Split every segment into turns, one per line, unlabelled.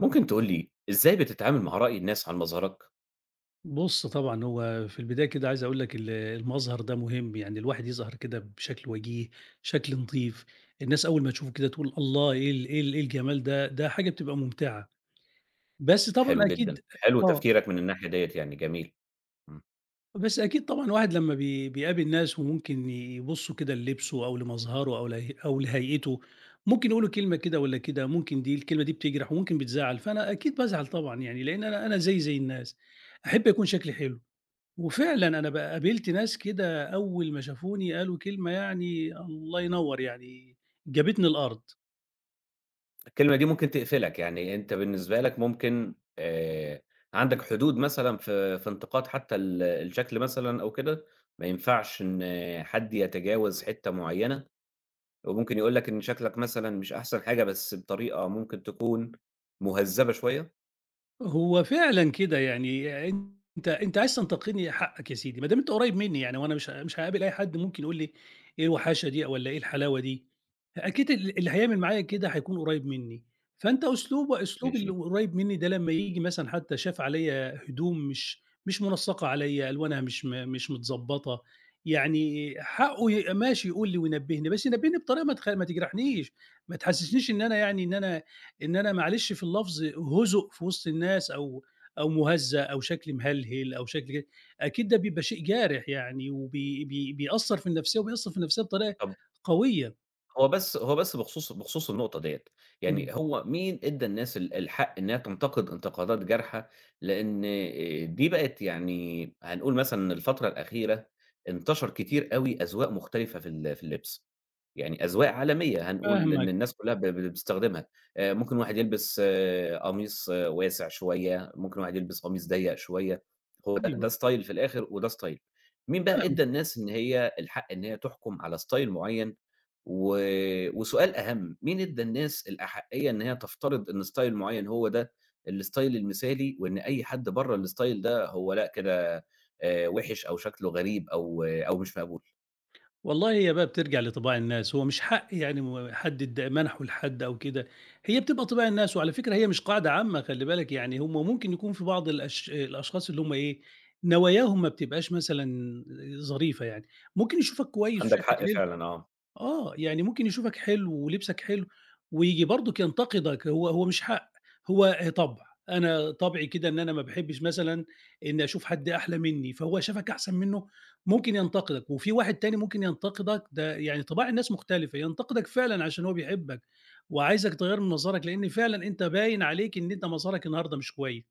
ممكن تقول لي إزاي بتتعامل مع رأي الناس عن مظهرك؟
بُص طبعًا هو في البداية كده عايز أقول لك المظهر ده مهم، يعني الواحد يظهر كده بشكل وجيه، شكل نضيف، الناس أول ما تشوفه كده تقول الله إيه الجمال ده، ده حاجة بتبقى ممتعة، بس طبعًا
حلو جدًا،
أكيد
حلو
آه،
تفكيرك من الناحية ديّة يعني جميل. إمم،
بس أكيد طبعًا الواحد لمّا بيقابل ناس وممكن يبصوا كده للبسه أو لمظهره أو له أو لهيئته، ممكن يقولوا كلمة كده والّا كده، ممكن دي الكلمة دي بتجرح وممكن بتزعّل، فأنا أكيد بازعل طبعًا يعني، لإن أنا زيي زي الناس، أحب يكون شكلي حلو، وفعلًا أنا بقى قابلت ناس كده أول ما شافوني قالوا كلمة يعني الله ينوّر يعني جابتني الأرض.
الكلمة دي ممكن تقفلك، يعني أنت بالنسبة لك ممكن عندك حدود مثلًا في انتقاد حتى الشكل مثلًا أو كده، ما ينفعش إن حد يتجاوز حتة معيّنة، وممكن يقول لك إن شكلك مثلًا مش أحسن حاجة بس بطريقة ممكن تكون مهذبة شوية؟
هو فعلًا كده، يعني أنت عايز تنتقدني حقك يا سيدي، ما دام أنت قريب مني يعني وأنا مش هاقابل أي حد ممكن يقول لي إيه الوحاشة دي والّا إيه الحلاوة دي،
إمم،
أكيد اللي هيعمل معايا كده هيكون قريب مني، فأنت أسلوبه أسلوب
ماشي،
اللي قريب مني ده لمّا ييجي مثلًا حتى شاف عليّا هدوم مش منسّقة عليّا، ألوانها مش متضبّطة، يعني حقه ماشي يقول لي وينبّهني، بس ينبّهني بطريقة ما تجرحنيش، ما تحسسنيش إن أنا يعني إن أنا إن أنا معلش في اللفظ هُزُء في وسط الناس أو مُهزّأ أو شكل مهلهل أو شكل كده، أكيد ده بيبقى شيء جارح يعني وبي بي بيأثّر في النفسية بطريقة
طَب
قوية.
هو بس بخصوص النقطة ديّة،
إمم.
يعني هو مين ادّى الناس الحق إنها تنتقد انتقادات جارحة، لإن دي بقت يعني هنقول مثلًا الفترة الأخيرة انتشر كتير أوي أذواق مختلفة في اللبس، يعني أذواق عالمية هنقول لإن
فاهمك،
الناس كلها ب ب بتستخدمها، ممكن واحد يلبس قميص واسع شوية، ممكن واحد يلبس قميص ضيّق شوية، هو ده
أيوه
ده style في الآخر وده style. مين بقى ادّى
فاهمك.
الناس إن هي الحق إن هي تحكم على style معيّن و وسؤال أهم، مين ادّى الناس الأحَقية إن هي تفترض إن style معيّن هو ده الstyle المثالي، وإن أي حد برّه الstyle ده هو لأ كده وِحِش أو شكله غريب أو مش مقبول.
والله هي بقى بترجع لطِباع الناس، هو مش حق يعني حد منحُه لحد أو كده، هي بتبقى طِباع الناس وعلى فكرة هي مش قاعدة عامة خلّي بالك، يعني هم ممكن يكون في بعض الأشخاص اللي هم إيه، نواياهم ما بتبقاش مثلًا ظريفة يعني، ممكن يشوفك كويس
عندك
وشكلك
حق
حلو
فعلًا آه.
يعني ممكن يشوفك حلو ولبسك حلو وييجي برضُك ينتقدك، هو مش حق، هو طبع، أنا طبعي كده إن أنا ما باحبش مثلًا إني أشوف حد أحلى منّي، فهو شافك أحسن منّه ممكن ينتقدك، وفي واحد تاني ممكن ينتقدك ده يعني طباع الناس مختلفة، ينتقدك فعلًا عشان هو بيحبك وعايزك تغيّر من مظهرك، لإن فعلًا أنت باين عليك إن أنت مظهرك النهارده مش كويس،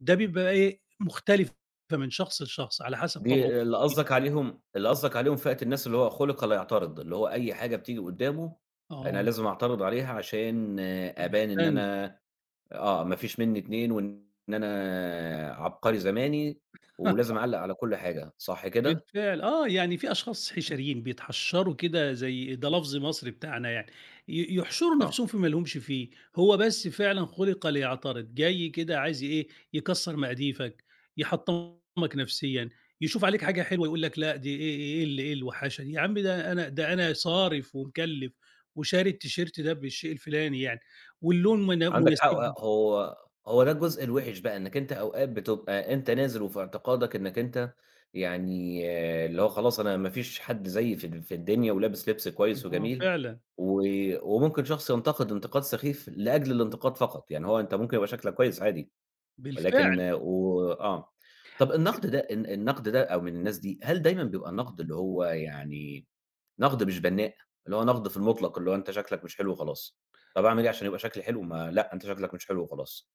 ده بيبقى إيه، مختلف من شخص لشخص على حسب طبعه.
دي اللي قصدك عليهم فئة الناس اللي هو خُلِق لا يعترض، اللي هو أي حاجة بتيجي قُدّامه أنا
آه،
لازم أعترض عليها عشان أبان إن
أحسنت.
أنا ما فيش منّي اتنين وإن أنا عبقري زماني ولازم أعلّق على كل حاجة، صح كده؟
بالفعل آه، يعني في أشخاص حشريين بيتحشّروا كده زي ده لفظ مصري بتاعنا يعني، يحشروا
آه،
نَفْسهم في ما لهمش فيه، هو بس فعلًا خُلِق ليعترض، جاي كده عايز إيه، يكسّر مقاديفك، يحطّمك نَفْسيًا، يشوف عليك حاجة حلوة يقول لك لأ دي إيه الوحاشة دي، يا عم ده أنا صارف ومكلِّف وشاري التيشيرت ده بالشيء الفلاني يعني واللون من
عندك حق آه،
مناسبني،
هو ده الجزء الوِحِش بقى، إنّك أنت أوقات بتبقى أنت نازل وفي اعتقادك إنّك أنت يعني اللي هو خلاص أنا ما فيش حد زيي في الدنيا ولابس لِبْس كويس
آه
وجميل،
فعلًا،
و وممكن شخص ينتقد انتقاد سخيف لأجل الانتقاد فقط، يعني هو أنت ممكن يبقى شكلك كويس عادي ولكن
بالفعل،
آه، و آه. طَب
ب
النقد ده أو من الناس دي، هل دايمًا بيبقى النقد اللي هو يعني نقد مش بنّاء، اللي هو نقد في المطلق، اللي هو أنت شكلك مش حلو وخلاص. طب أعمل إيه عشان يبقى شكلي حلو؟ ما لأ، أنت شكلك مش حلو وخلاص.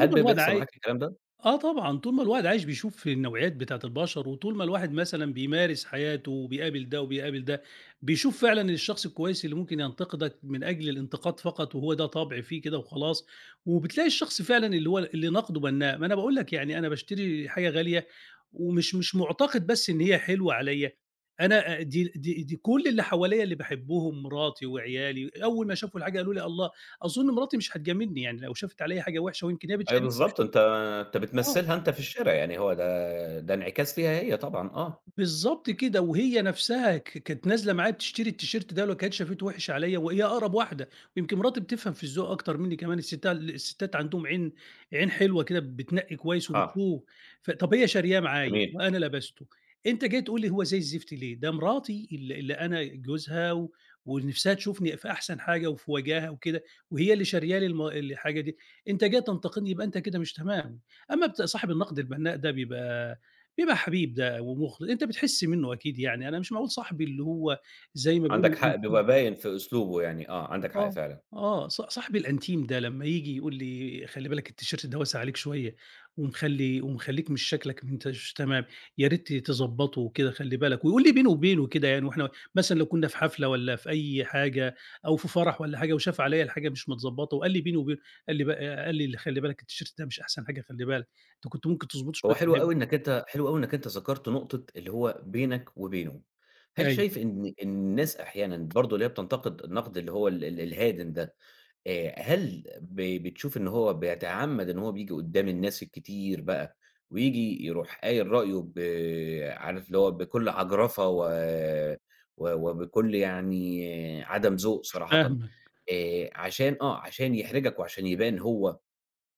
هل
ما
بي
الواد
بيحصل
عاي
معاك الكلام ده؟
آه طبعًا، طول ما الواحد عايش بيشوف في النوعيات بتاعة البشر، وطول ما الواحد مثلًا بيمارس حياته وبيقابل ده وبيقابل ده، بيشوف فعلًا الشخص الكويس اللي ممكن ينتقدك من أجل الانتقاد فقط، وهو ده طبع فيه كده وخلاص، وبتلاقي الشخص فعلًا اللي هو اللي نقده بنّاء، ما أنا باقول لك يعني أنا باشتري حاجة غالية ومش مش معتقد بس إن هي حلوة عليَّ، أنا دي كل اللي حواليّا اللي باحبهم مراتي وعيالي، أول ما شافوا الحاجة قالوا لي: "الله." أظن مراتي مش هتجاملني يعني لو شافت عليَّ حاجة وحشة ويمكن هي
أيوه
بتشاركني مش
بالضبط، أنت
آه.
بتمثّلها أنت في الشارع، يعني هو ده انعكاس ليها هي طبعًا آه.
بالضبط كده، وهي نفسها كانت نازلة معايا بتشتري التيشيرت ده ولو كانت شافته وِحِش عليّا وهي أقرب واحدة، ويمكن مراتي بتفهم في الذوق أكتر منّي كمان الستات عندهم عين حلوة كده بتنقّي كويس
آه،
وبتشوف، طَب هي شارياه معايا
جميل.
وأنا لبسته، أنت جاي تقول لي هو زي الزفت ليه؟ ده مراتي اللي أنا جوزها ونفسها تشوفني في أحسن حاجة وجاها وكده، وهي اللي شارية لي الحاجة دي، أنت جاي تنتقدني يبقى أنت كده مش تمام، أمّا صاحب النقد البنّاء ده بيبقى حبيب ده ومخلص، أنت بتحس منّه أكيد يعني، أنا مش معقول صاحبي اللي هو زي ما بيقولوا
عندك حق،
الأنتيم
بيبقى باين في أسلوبه يعني عندك حق
آه،
فعلًا.
آه، صاحبي الأنتيم ده لمّا ييجي يقول لي خلّي بالك التيشيرت ده واسع عليك شوية، ومخلّيك مش شكلك انت مش تمام، يا ريت تضبّطه وكده خلّي بالك، ويقول لي بيني وبينه كده يعني وإحنا مثلًا لو كنا في حفلة والّا في أي حاجة أو في فرح والّا حاجة وشاف عليّا الحاجة مش متضبّطة وقال لي بيني وبينه، قال لي ب قال لي: "خلّي بالك التيشيرت ده مش أحسن حاجة خلّي بالك، أنت كنت ممكن تضبطه
هو
شوية."
حلو أوي إنّك أنت حلو أوي إنّك أنت ذكرت نقطة اللي هو بينك وبينه. هل
أيوه،
شايف إن الناس أحيانًا برضه اللي هي بتنتقد النقد اللي هو ال ال الهادن ده، هل بتشوف إن هو بيتعمّد إن هو بييجي قدّام الناس الكتير بقى، وييجي يروح قايل رأيه عارف اللي هو بكل عجرفة و و وبكل يعني عدم ذوق صراحةً،
فاهمك.
عشان يحرجك وعشان يبان هو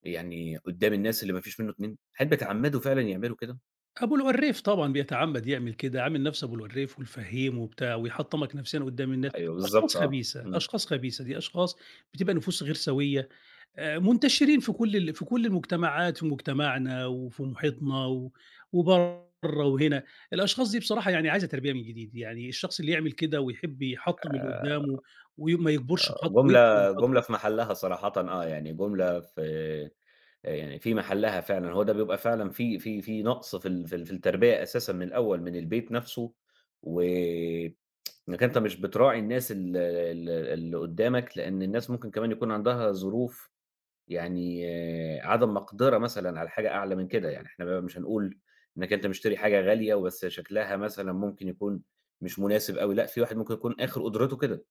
يعني قدّام الناس اللي ما فيش منّه اتنين، هل بيتعمّدوا فعلًا يعملوا كده؟
أبو القريف طبعًا بيتعمّد يعمل كده، عامل نفسه أبو القريف والفهّيم وبتاع ويحطّمك نفسيًا قدّام الناس،
أيوه
أشخاص
بالضبط آه،
خبيثة،
إمم،
أشخاص خبيثة، دي أشخاص بتبقى نفوس غير سويّة، منتشرين في كل المجتمعات، في مجتمعنا وفي محيطنا وبرّه وهنا، الأشخاص دي بصراحة يعني عايزة تربية من جديد، يعني الشخص اللي يعمل كده ويحب يحطّم اللي
آآ
قدّامه وما يكبرش بخطوة ويكسب
جملة
خطوة،
جملة في محلها صراحةً آه، يعني جملة في يعني في محلها فعلًا، هو ده بيبقى فعلًا في نقص في التربية أساسًا من الأول من البيت نفسه، وإنك أنت مش بتراعي الناس ال ال اللي قدّامك، لإن الناس ممكن كمان يكون عندها ظروف يعني عدم مقدرة مثلًا على حاجة أعلى من كده، يعني إحنا بقى مش هنقول إنك أنت مشتري حاجة غالية وبس شكلها مثلًا ممكن يكون مش مناسب أوي، لأ، في واحد ممكن يكون آخر قدرته كده.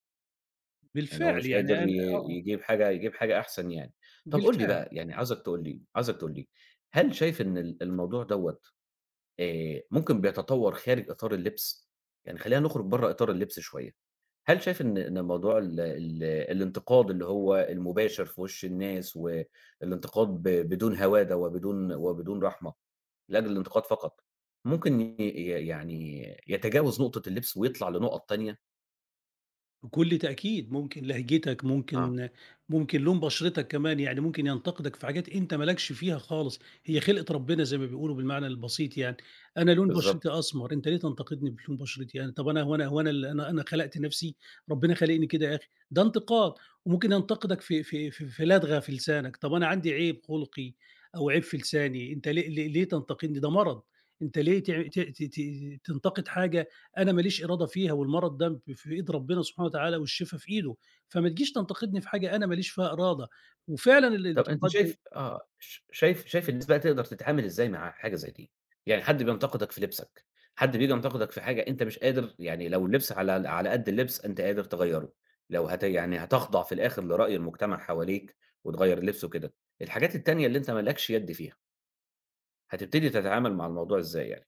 يعني هو
بالفعل
مش
يعني
قادر ي
أنا
يجيب حاجة أحسن يعني. طَب قُل لي
بالفعل.
بقى، يعني عاوزك تقول لي، هل شايف إن الموضوع دوّة ممكن بيتطور خارج إطار اللبس؟ يعني خلّينا نخرج برّه إطار اللبس شوية، هل شايف إن موضوع ال ال الانتقاد اللي هو المباشر في وِش الناس والانتقاد بدون هوادة وبدون رحمة لأجل الانتقاد فقط، ممكن يعني يتجاوز نقطة اللبس ويطلع لنُقط تانية؟
بكل تأكيد، ممكن لهجتك،
آه.
ممكن لون بشرتك كمان، يعني ممكن ينتقدك في حاجات أنت ما لكش فيها خالص، هي خلقة ربنا زي ما بيقولوا بالمعنى البسيط يعني، أنا لون بشرتي
بالضبط.
أسمر، أنت ليه تنتقدني بلون بشرتي أنا؟ طب أنا هو أنا هو أنا ال أنا أنا خلقت نفسي؟ ربنا خالقني كده يا أخي، ده انتقاد، وممكن ينتقدك في لدغة في لسانك، طب أنا عندي عيب خلقي أو عيب في لساني، أنت ليه تنتقدني؟ ده مرض، أنت ليه تع ت ت ت تنتقد حاجة أنا ما ليش إرادة فيها والمرض ده في إيد ربنا سبحانه وتعالى والشفا في إيده، فما تجيش تنتقدني في حاجة أنا ما ليش فيها إرادة. وفعلًا
طب أنت
الانتقاد
شايف آه، ش شايف شايف الناس بقى تقدر تتعامل إزاي مع حاجة زي دي؟ يعني حد بينتقدك في لبسك، حد بييجي ينتقدك في حاجة أنت مش قادر يعني لو اللبس على قد اللبس أنت قادر تغيّره، لو يعني هتخضع في الآخر لرأي المجتمع حواليك وتغيّر اللبس وكده، الحاجات التانية اللي أنت ما لكش يد فيها، هتبتدي تتعامل مع الموضوع إزاي يعني؟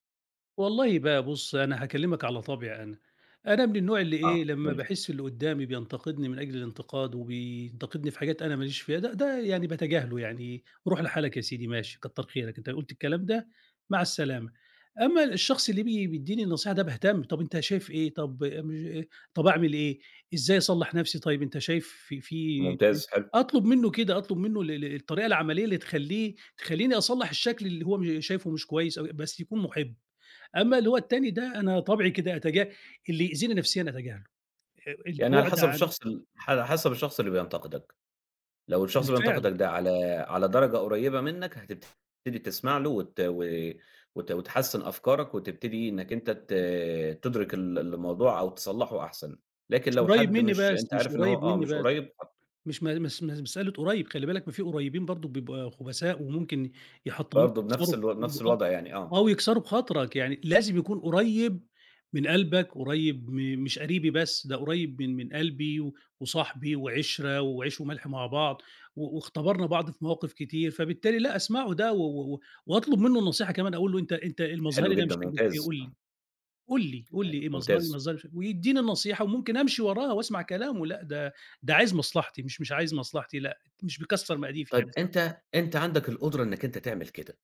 والله بقى بُص، أنا هاكلّمك على طبعي أنا. أنا من النوع اللي
آه،
إيه،
قُل
لمّا
لي،
باحس اللي قدّامي بينتقدني من أجل الانتقاد وبينتقدني في حاجات أنا ما ليش فيها، ده يعني باتجاهله يعني روح لحالك يا سيدي ماشي كتّر خيرك، أنت قُلت الكلام ده مع السلامة. أمّا الشخص اللي بيدّيني النصيحة ده باهتم، طب أنت شايف إيه، طب مش طب أعمل إيه، إزاي أصلّح نَفْسي طيب أنت شايف في في
ممتاز، حلو،
أطلب منّه كده، أطلب منّه ال ال الطريقة العملية اللي تخلّيني أصلّح الشكل اللي هو شايفه مش كويس أو بس يكون مُحِب. أمّا اللي هو التاني ده أنا طبعي كده اللي يأذيني نفسيًا أتجاهله،
يعني على
البُعد
حسب
عن
الشخص ال على حسب الشخص اللي بينتقدك. لو الشخص
بالفعل،
بينتقدك ده على درجة قريبة منك، هتبتدي تسمع له وت و وت وتحسّن أفكارك وتبتدي إنّك أنت تدرك الموضوع أو تصلّحه أحسن، لكن
مش
لو
قريّب
حد
منّي
مش أنت
بس، مش
عارف إن هو
قريّب منّي
مش
بس،
قريب
مش م مس مس مسألة قريّب، خلّي بالك ما في قريّبين برضه بيبقى خبثاء وممكن يحطموك
برضه بنفس
ويكسروك
الو بنفس الوضع يعني
أو يكسروا بخاطرك، يعني لازم يكون قريّب من قلبك، قريّب مش قريبي بس، ده قريّب من قلبي وصاحبي وعِشرة وعيش وملح مع بعض واختبرنا بعض في مواقف كتير، فبالتالي لأ أسمعه ده و و و واطلب منه النصيحة كمان أقول له: "أنت
حلو
المظهري ده مش
جدًا
عاجبك فيه
ممتاز،
قُل لي، قُل لي، قُل
أيوه
لي إيه مظهري
ممتاز.
مظهري مش" ويدّيني النصيحة وممكن أمشي وراها وأسمع كلامه، لأ ده عايز مصلحتي مش عايز مصلحتي لأ، مش بيكسّر مقاديف
طيب
يعني
أنت عندك القدرة إنّك أنت تعمل كده.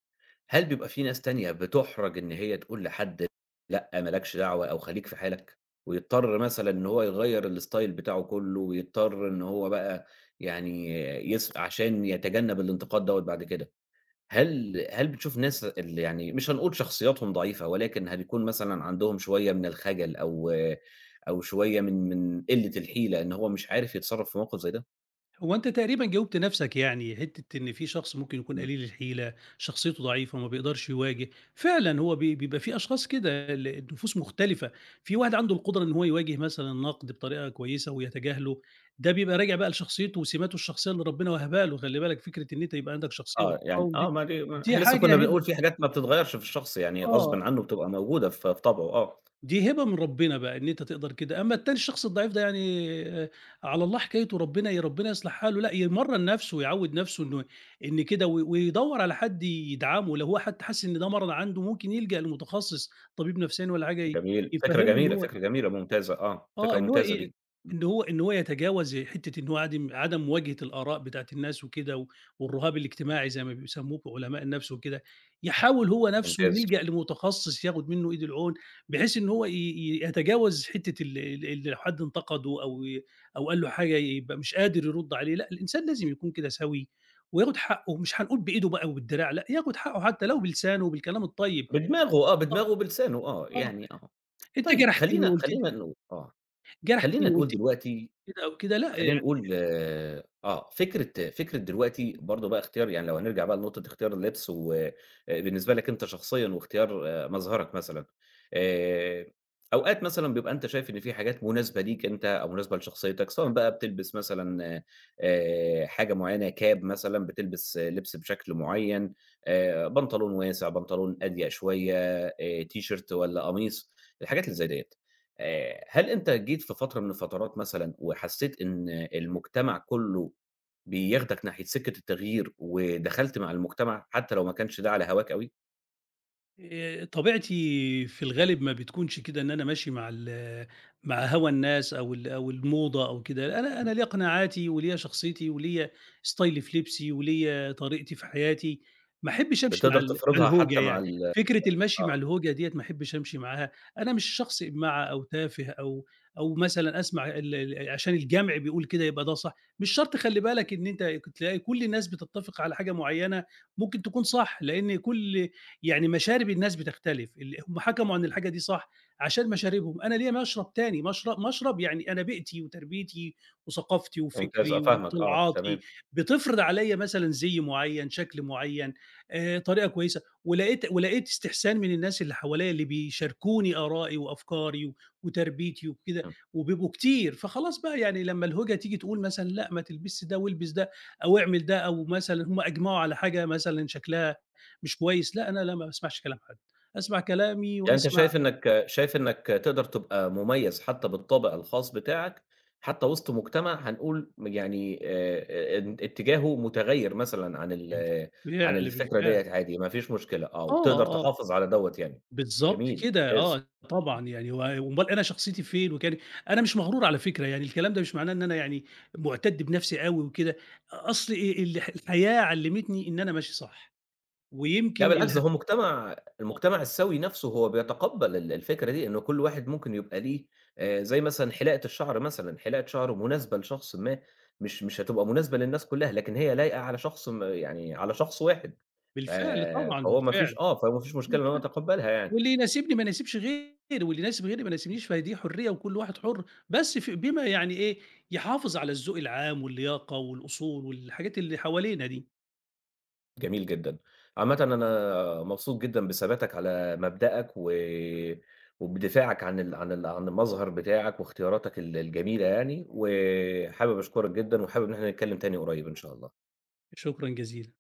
هل بيبقى في ناس تانية بتُحرَج إن هي تقول لحد لأ، ما لكش دعوة أو خليك في حالك، ويضطر مثلًا إن هو يغيّر الstyle بتاعه كُلّه، ويضطر إن هو بقى يعني عشان يتجنّب الانتقاد دوّة بعد كده، هل بتشوف ناس اللي يعني مش هنقول شخصياتهم ضعيفة، ولكن هتكون مثلًا عندهم شوية من الخجل أو شوية من قِلّة الحيلة إن هو مش عارف يتصرّف في موقف زي ده؟
هو أنت تقريبًا جاوبت نَفْسك يعني، حتّة إن في شخص ممكن يكون
إمم.
قليل الحيلة، شخصيته ضعيفة، ما بيقدرش يواجه، فعلًا هو بيبقى في أشخاص كده النفوس مختلفة، في واحد عنده القدرة إن هو يواجه مثلًا النقد بطريقة كويسة ويتجاهله، ده بيبقى راجع بقى لشخصيته وسماته الشخصية اللي ربنا وهبها له، خلّي بالك فكرة إن أنت يبقى عندك شخصية
آه، يعني
وتقاوم دي،
ما دي ما
دي
إحنا لسه
حاجة
كنّا
هبة
بنقول في حاجات ما بتتغيّرش في الشخص، يعني غصبٍ
آه.
عنّه بتبقى موجودة في طبعه آه،
دي هبة من ربنا بقى إن أنت تقدر كده، أمّا التاني الشخص الضعيف ده يعني على الله حكايته ربنا ربنا يصلح حاله، لأ يمرّن نَفْسه ويعوّد نَفْسه إنه إن كده ويدوّر على حد يدعمه، لو هو حتى حاسس إن ده مرض عنده ممكن يلجأ لمتخصص، طبيب نفساني والّا حاجة ي
جميل، فكرة
يفهّمه إن
جميلة،
هو
فكرة جميلة ممتازة فكرة
آه، إن هو
ممتازة
ي
دي،
إن هو يتجاوز حتّة إن هو عدم مواجهة الآراء بتاعة الناس وكده والرهاب الاجتماعي زي ما بيسموه علماء النفس وكده، يحاول هو نَفْسه
ممتاز.
يلجأ لمتخصص ياخد منّه إيد العون، بحيث إن هو ي ي يتجاوز حتّة ال ال اللي لو حد انتقده أو قال له حاجة يبقى مش قادر يرُد عليه، لأ الإنسان لازم يكون كده سَوي وياخد حقّه، مش هنقول بإيده بقى وبالدراع لأ، ياخد حقّه حتّى لو بلسانه وبالكلام الطيب،
بدماغه آه،
آه،
بدماغه وبلسانه آه،
آه،
يعني آه.
أنت
طيب
جرحتني
خلّينا
وقُلت لي
خلّينا نقول
جرحتني
خلّينا نقول
وقُلت لي
دلوقتي
كده أو كده لأ
خلّينا نقول فكرة دلوقتي برضه بقى اختيار يعني لو هنرجع بقى لنقطة اختيار اللبس و بالنسبة لك أنت شخصيًا واختيار مظهرك مثلًا، آآ، أوقات مثلًا بيبقى أنت شايف إن في حاجات مناسبة ليك أنت أو مناسبة لشخصيتك، سواء بقى بتلبس مثلًا حاجة معيّنة كاب مثلًا، بتلبس لبس بشكل معيّن، بنطلون واسع، بنطلون أضيق شوية، تيشيرت والّا قميص، الحاجات اللي زي ديّة. هل أنت جيت في فترة من الفترات مثلًا وحسيت إن المجتمع كله بياخدك ناحية سكة التغيير، ودخلت مع المجتمع حتى لو ما كانش ده على هواك أوي؟
طبيعتي في الغالب ما بتكونش كده إن أنا ماشي مع هوى الناس أو الموضة أو كده، أنا
إمم.
أنا ليّا قناعاتي وليّا شخصيتي وليّا ستايلي في لبسي وليّا طريقتي في حياتي، ما أحبش أمشي مع
بتقدر
ال مع
تفرضها
الهوجة
حتى مع
يعني،
ال
فكرة المشي مع
آه،
الهوجة ديّة ما أحبش أمشي معاها، أنا مش شخص إماعة أو تافه أو مثلًا أسمع ال ال عشان الجمع بيقول كده يبقى ده صح، مش شرط خلّي بالك إن أنت تلاقي كل الناس بتتفق على حاجة معيّنة ممكن تكون صح، لإن كل يعني مشارب الناس بتختلف، اللي هم حكموا عن الحاجة دي صح عشان مشاربهم، أنا ليّا مشرب تاني، مشرب يعني أنا بيئتي وتربيتي وثقافتي
ممتاز آه،
وفكري
فاهمك آه،
وطلعاتي،
تمام.
بتفرض عليّا مثلًا زِي معيّن، شكل معيّن، طريقة كويسة، ولقيت استحسان من الناس اللي حواليّا اللي بيشاركوني آرائي وأفكاري وتربيتي وكده، وبيبقوا كتير، فخلاص بقى يعني لمّا الهوجة تيجي تقول مثلًا لأ ما تلبسش ده والبس ده أو اعمل ده أو مثلًا هم أجمعوا على حاجة مثلًا شكلها مش كويس، لأ أنا لا ما باسمعش كلام حد، أسمع كلامي
يعني أنت
وأسمع
شايف إنك تقدر تبقى مميز حتى بالطابع الخاص بتاعك، حتى وسط مجتمع هنقول يعني إن اتجاهه متغيّر مثلًا عن ال عن
بالفعل،
الفكرة
بالفعل،
ديّة عادي ما فيش مشكلة، آه،
آه،
وتقدر
آه، آه.
تحافظ على دوّة يعني.
بالضبط
جميل،
كده، آه
ممتاز.
طبعًا يعني هو أومال أنا شخصيتي فين وكان أنا مش مغرور على فكرة، يعني الكلام ده مش معناه إن أنا يعني مُعتَد بنفسي أوي وكده، أصل الحياة علّمتني إن أنا ماشي صح،
لأ
ويمكن
بالعكس
اله
ده هو مجتمع
آه،
المجتمع السوي نفسه هو بيتقبّل الفكرة دي، إنه كل واحد ممكن يبقى ليه زي مثلًا حلاقة الشعر مثلًا، حلاقة شعر مناسبة لشخص ما، مش هتبقى مناسبة للناس كلّها، لكن هي لايقة على شخص يعني على شخص واحد، ف
بالفعل طبعًا،
فهو ما فيش
بالفعل.
آه، فهو ما فيش مشكلة إن هو يتقبّلها يعني.
واللي يناسبني ما يناسبش غيري، واللي يناسب غيري ما يناسبنيش، فهي دي حرية وكل واحد حُر، بس بما يعني إيه، يحافظ على الذوق العام واللياقة والأصول والحاجات اللي حوالينا دي.
جميل جدًا. عامةً أنا مبسوط جدًا بثباتك على مبدأك وبدفاعك عن المظهر بتاعك واختياراتك الجميلة يعني، وحابب أشكرك جدًا وحابب إن إحنا نتكلم تاني قريب إن شاء الله.
شكرًا جزيلًا.